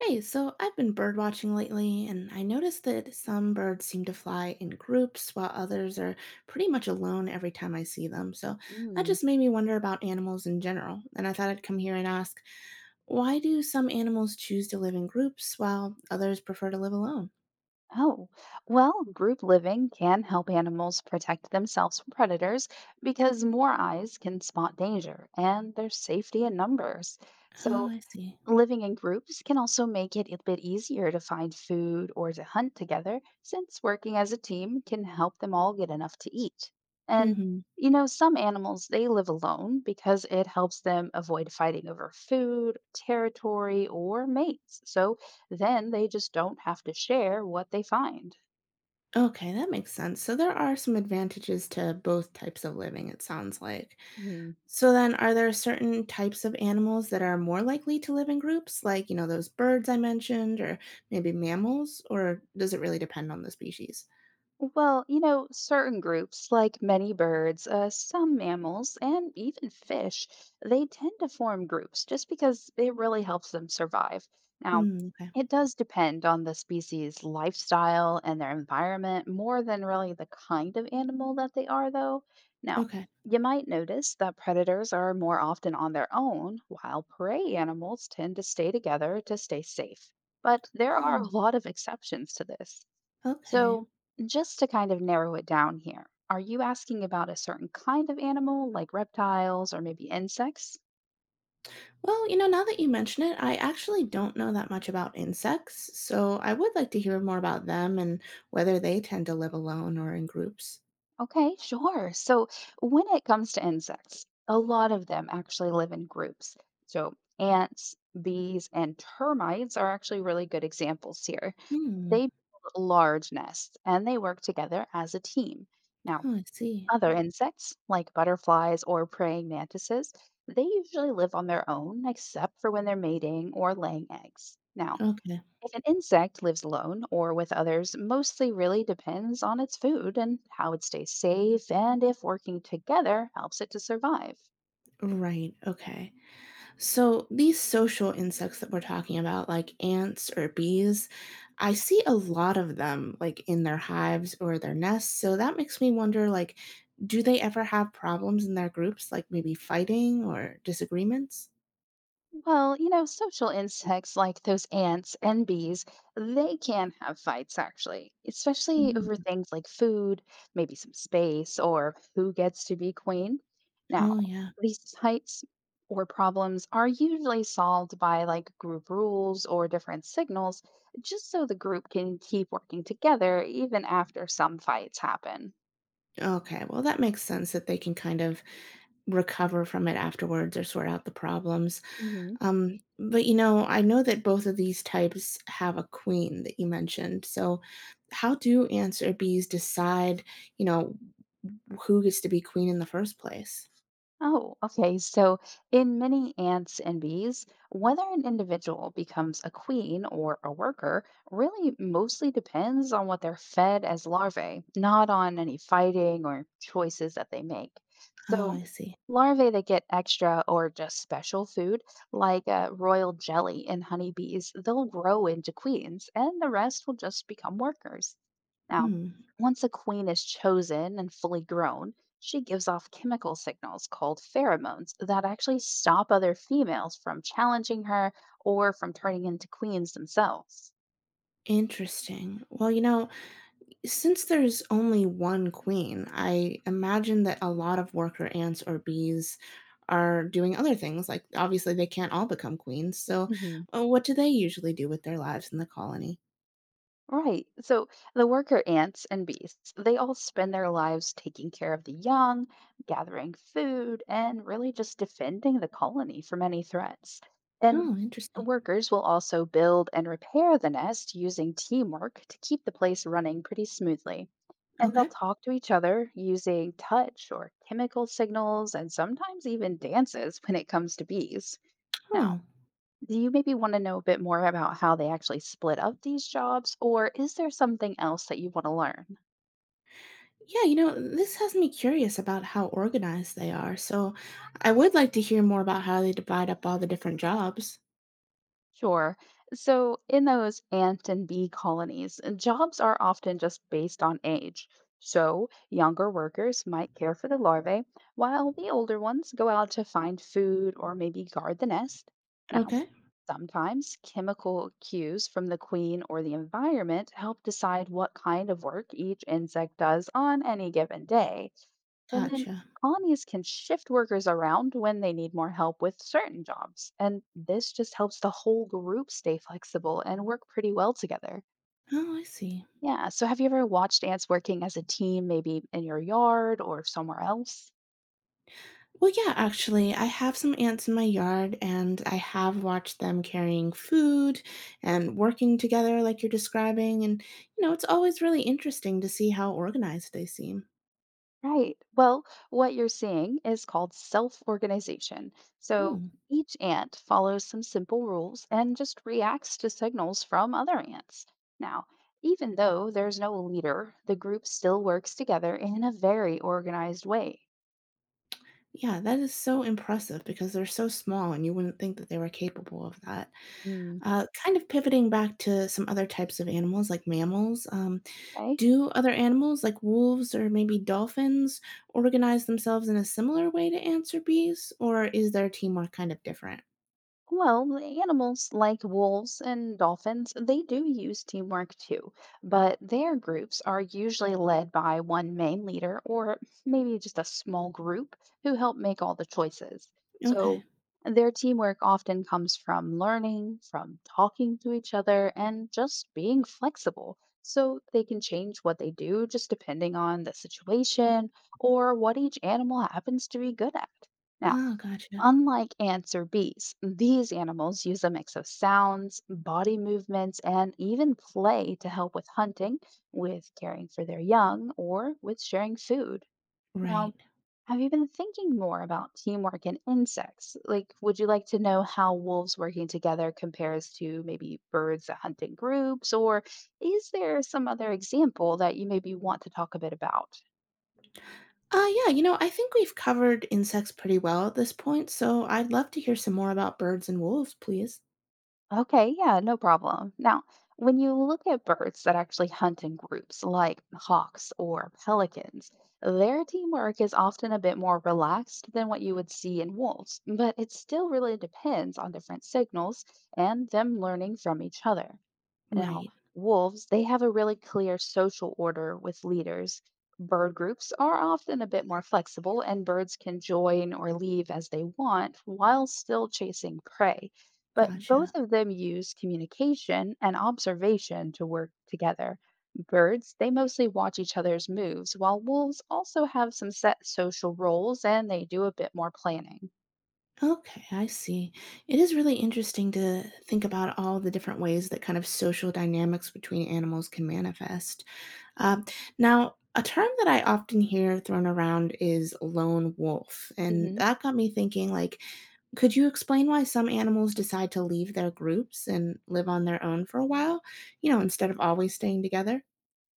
Hey, so I've been bird watching lately, and I noticed that some birds seem to fly in groups while others are pretty much alone every time I see them. So that Mm. just made me wonder about animals in general. And I thought I'd come here and ask, why do some animals choose to live in groups while others prefer to live alone? Oh, well, group living can help animals protect themselves from predators because more eyes can spot danger and there's safety in numbers. Oh, So, I see. living in groups can also make it a bit easier to find food or to hunt together, since working as a team can help them all get enough to eat. And, Mm-hmm. Some animals, they live alone because it helps them avoid fighting over food, territory, or mates. So then they just don't have to share what they find. Okay, that makes sense. So there are some advantages to both types of living, it sounds like. So then, are there certain types of animals that are more likely to live in groups, like, those birds I mentioned, or maybe mammals, or does it really depend on the species? Well, certain groups, like many birds, some mammals, and even fish, they tend to form groups just because it really helps them survive. Now, Mm, okay. it does depend on the species' lifestyle and their environment more than really the kind of animal that they are, though. Now, Okay. you might notice that predators are more often on their own, while prey animals tend to stay together to stay safe. But there are Oh, a lot of exceptions to this. okay. So, just to kind of narrow it down here, are you asking about a certain kind of animal, like reptiles or maybe insects? Well, now that you mention it, I actually don't know that much about insects, so I would like to hear more about them and whether they tend to live alone or in groups. Okay, sure. So, when it comes to insects, a lot of them actually live in groups. So, ants, bees, and termites are actually really good examples here. Hmm. They build large nests and they work together as a team. Now, Oh, I see. other insects, like butterflies or praying mantises, they usually live on their own except for when they're mating or laying eggs. Now, Okay. if an insect lives alone or with others, mostly really depends on its food and how it stays safe and if working together helps it to survive. Right. Okay. So, these social insects that we're talking about, like ants or bees, I see a lot of them like in their hives or their nests. So that makes me wonder like do they ever have problems in their groups like maybe fighting or disagreements? Well, social insects like those ants and bees, they can have fights actually, especially over Mhm. things like food, maybe some space, or who gets to be queen. Now, Oh yeah. these fights or problems are usually solved by like group rules or different signals, just so the group can keep working together even after some fights happen. Okay, well that makes sense that they can kind of recover from it afterwards or sort out the problems. Hmm. But I know that both of these types have a queen that you mentioned. So, how do answer bees decide, you know, who gets to be queen in the first place? Oh, okay. So, in many ants and bees, whether an individual becomes a queen or a worker really mostly depends on what they're fed as larvae, not on any fighting or choices that they make. Oh, So, I see. larvae that get extra or just special food, like royal jelly and honeybees, they'll grow into queens, and the rest will just become workers. Now, Hmm. once a queen is chosen and fully grown, she gives off chemical signals called pheromones that actually stop other females from challenging her or from turning into queens themselves. Interesting. Well, since there's only one queen, I imagine that a lot of worker ants or bees are doing other things. Like, obviously, they can't all become queens. So, what do they usually do with their lives in the colony? Right. So the worker ants and bees, they all spend their lives taking care of the young, gathering food, and really just defending the colony from any threats. And Oh, interesting. workers will also build and repair the nest using teamwork to keep the place running pretty smoothly. And they'll Okay. talk to each other using touch or chemical signals and sometimes even dances when it comes to bees. Now, Oh. do you maybe want to know a bit more about how they actually split up these jobs, or is there something else that you want to learn? Yeah, this has me curious about how organized they are. So I would like to hear more about how they divide up all the different jobs. Sure. So, in those ant and bee colonies, jobs are often just based on age. So, younger workers might care for the larvae, while the older ones go out to find food or maybe guard the nest. Now, Okay. sometimes chemical cues from the queen or the environment help decide what kind of work each insect does on any given day. And then Gotcha. colonies can shift workers around when they need more help with certain jobs. And this just helps the whole group stay flexible and work pretty well together. Oh, I see. Yeah. So, have you ever watched ants working as a team, maybe in your yard or somewhere else? Well, yeah, actually, I have some ants in my yard, and I have watched them carrying food and working together, like you're describing. And, it's always really interesting to see how organized they seem. Right. Well, what you're seeing is called self organization. So Hmm. each ant follows some simple rules and just reacts to signals from other ants. Now, even though there's no leader, the group still works together in a very organized way. Yeah, that is so impressive because they're so small, and you wouldn't think that they were capable of that. Hmm. Kind of pivoting back to some other types of animals like mammals, Okay. do other animals like wolves or maybe dolphins organize themselves in a similar way to answer bees, or is their teamwork kind of different? Well, the animals like wolves and dolphins, they do use teamwork too, but their groups are usually led by one main leader or maybe just a small group who help make all the choices. Okay. So their teamwork often comes from learning, from talking to each other, and just being flexible. So they can change what they do just depending on the situation or what each animal happens to be good at. Now, Oh, gotcha. unlike ants or bees, these animals use a mix of sounds, body movements, and even play to help with hunting, with caring for their young, or with sharing food. Right. Now, have you been thinking more about teamwork in insects? Like, would you like to know how wolves working together compares to maybe birds that hunt in groups? Or is there some other example that you maybe want to talk a bit about? Yeah, I think we've covered insects pretty well at this point, so I'd love to hear some more about birds and wolves, please. Okay, yeah, no problem. Now, when you look at birds that actually hunt in groups, like hawks or pelicans, their teamwork is often a bit more relaxed than what you would see in wolves, but it still really depends on different signals and them learning from each other. Now, Right. wolves, they have a really clear social order with leaders. Bird groups are often a bit more flexible, and birds can join or leave as they want while still chasing prey. But both Gotcha. of them use communication and observation to work together. Birds, they mostly watch each other's moves, while wolves also have some set social roles and they do a bit more planning. Okay, I see. It is really interesting to think about all the different ways that kind of social dynamics between animals can manifest. Uh, Now, a term that I often hear thrown around is lone wolf, and Mhm. that got me thinking like, could you explain why some animals decide to leave their groups and live on their own for a while, instead of always staying together?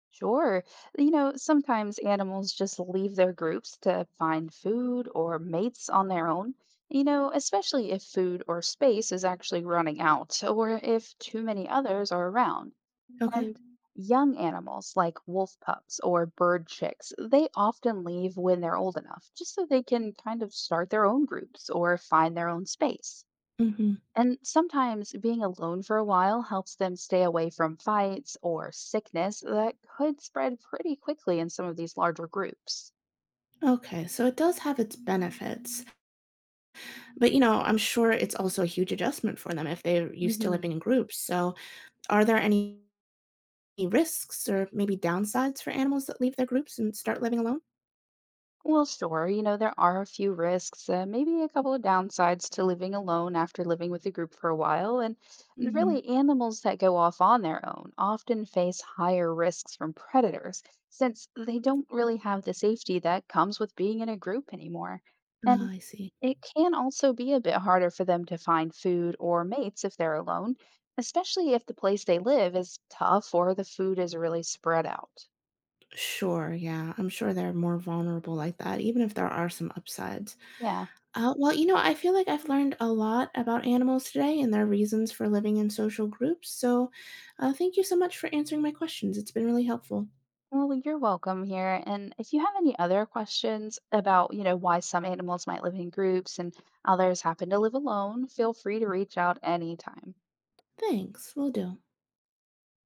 Sure. Sometimes animals just leave their groups to find food or mates on their own, especially if food or space is actually running out or if too many others are around. Okay. And young animals like wolf pups or bird chicks, they often leave when they're old enough, just so they can kind of start their own groups or find their own space. Hmm. And sometimes being alone for a while helps them stay away from fights or sickness that could spread pretty quickly in some of these larger groups. Okay, so it does have its benefits. But, I'm sure it's also a huge adjustment for them if they're used to Mhm. living in groups. So, are there any risks or maybe downsides for animals that leave their groups and start living alone? Well, sure. There are a few risks, maybe a couple of downsides to living alone after living with a group for a while. And Hmm. really, animals that go off on their own often face higher risks from predators since they don't really have the safety that comes with being in a group anymore. Oh, And I see. it can also be a bit harder for them to find food or mates if they're alone, especially if the place they live is tough or the food is really spread out. Sure, yeah. I'm sure they're more vulnerable like that, even if there are some upsides. Yeah. Well, I feel like I've learned a lot about animals today and their reasons for living in social groups. So, thank you so much for answering my questions. It's been really helpful. Well, you're welcome here. And if you have any other questions about, why some animals might live in groups and others happen to live alone, feel free to reach out anytime. Thanks. Will do.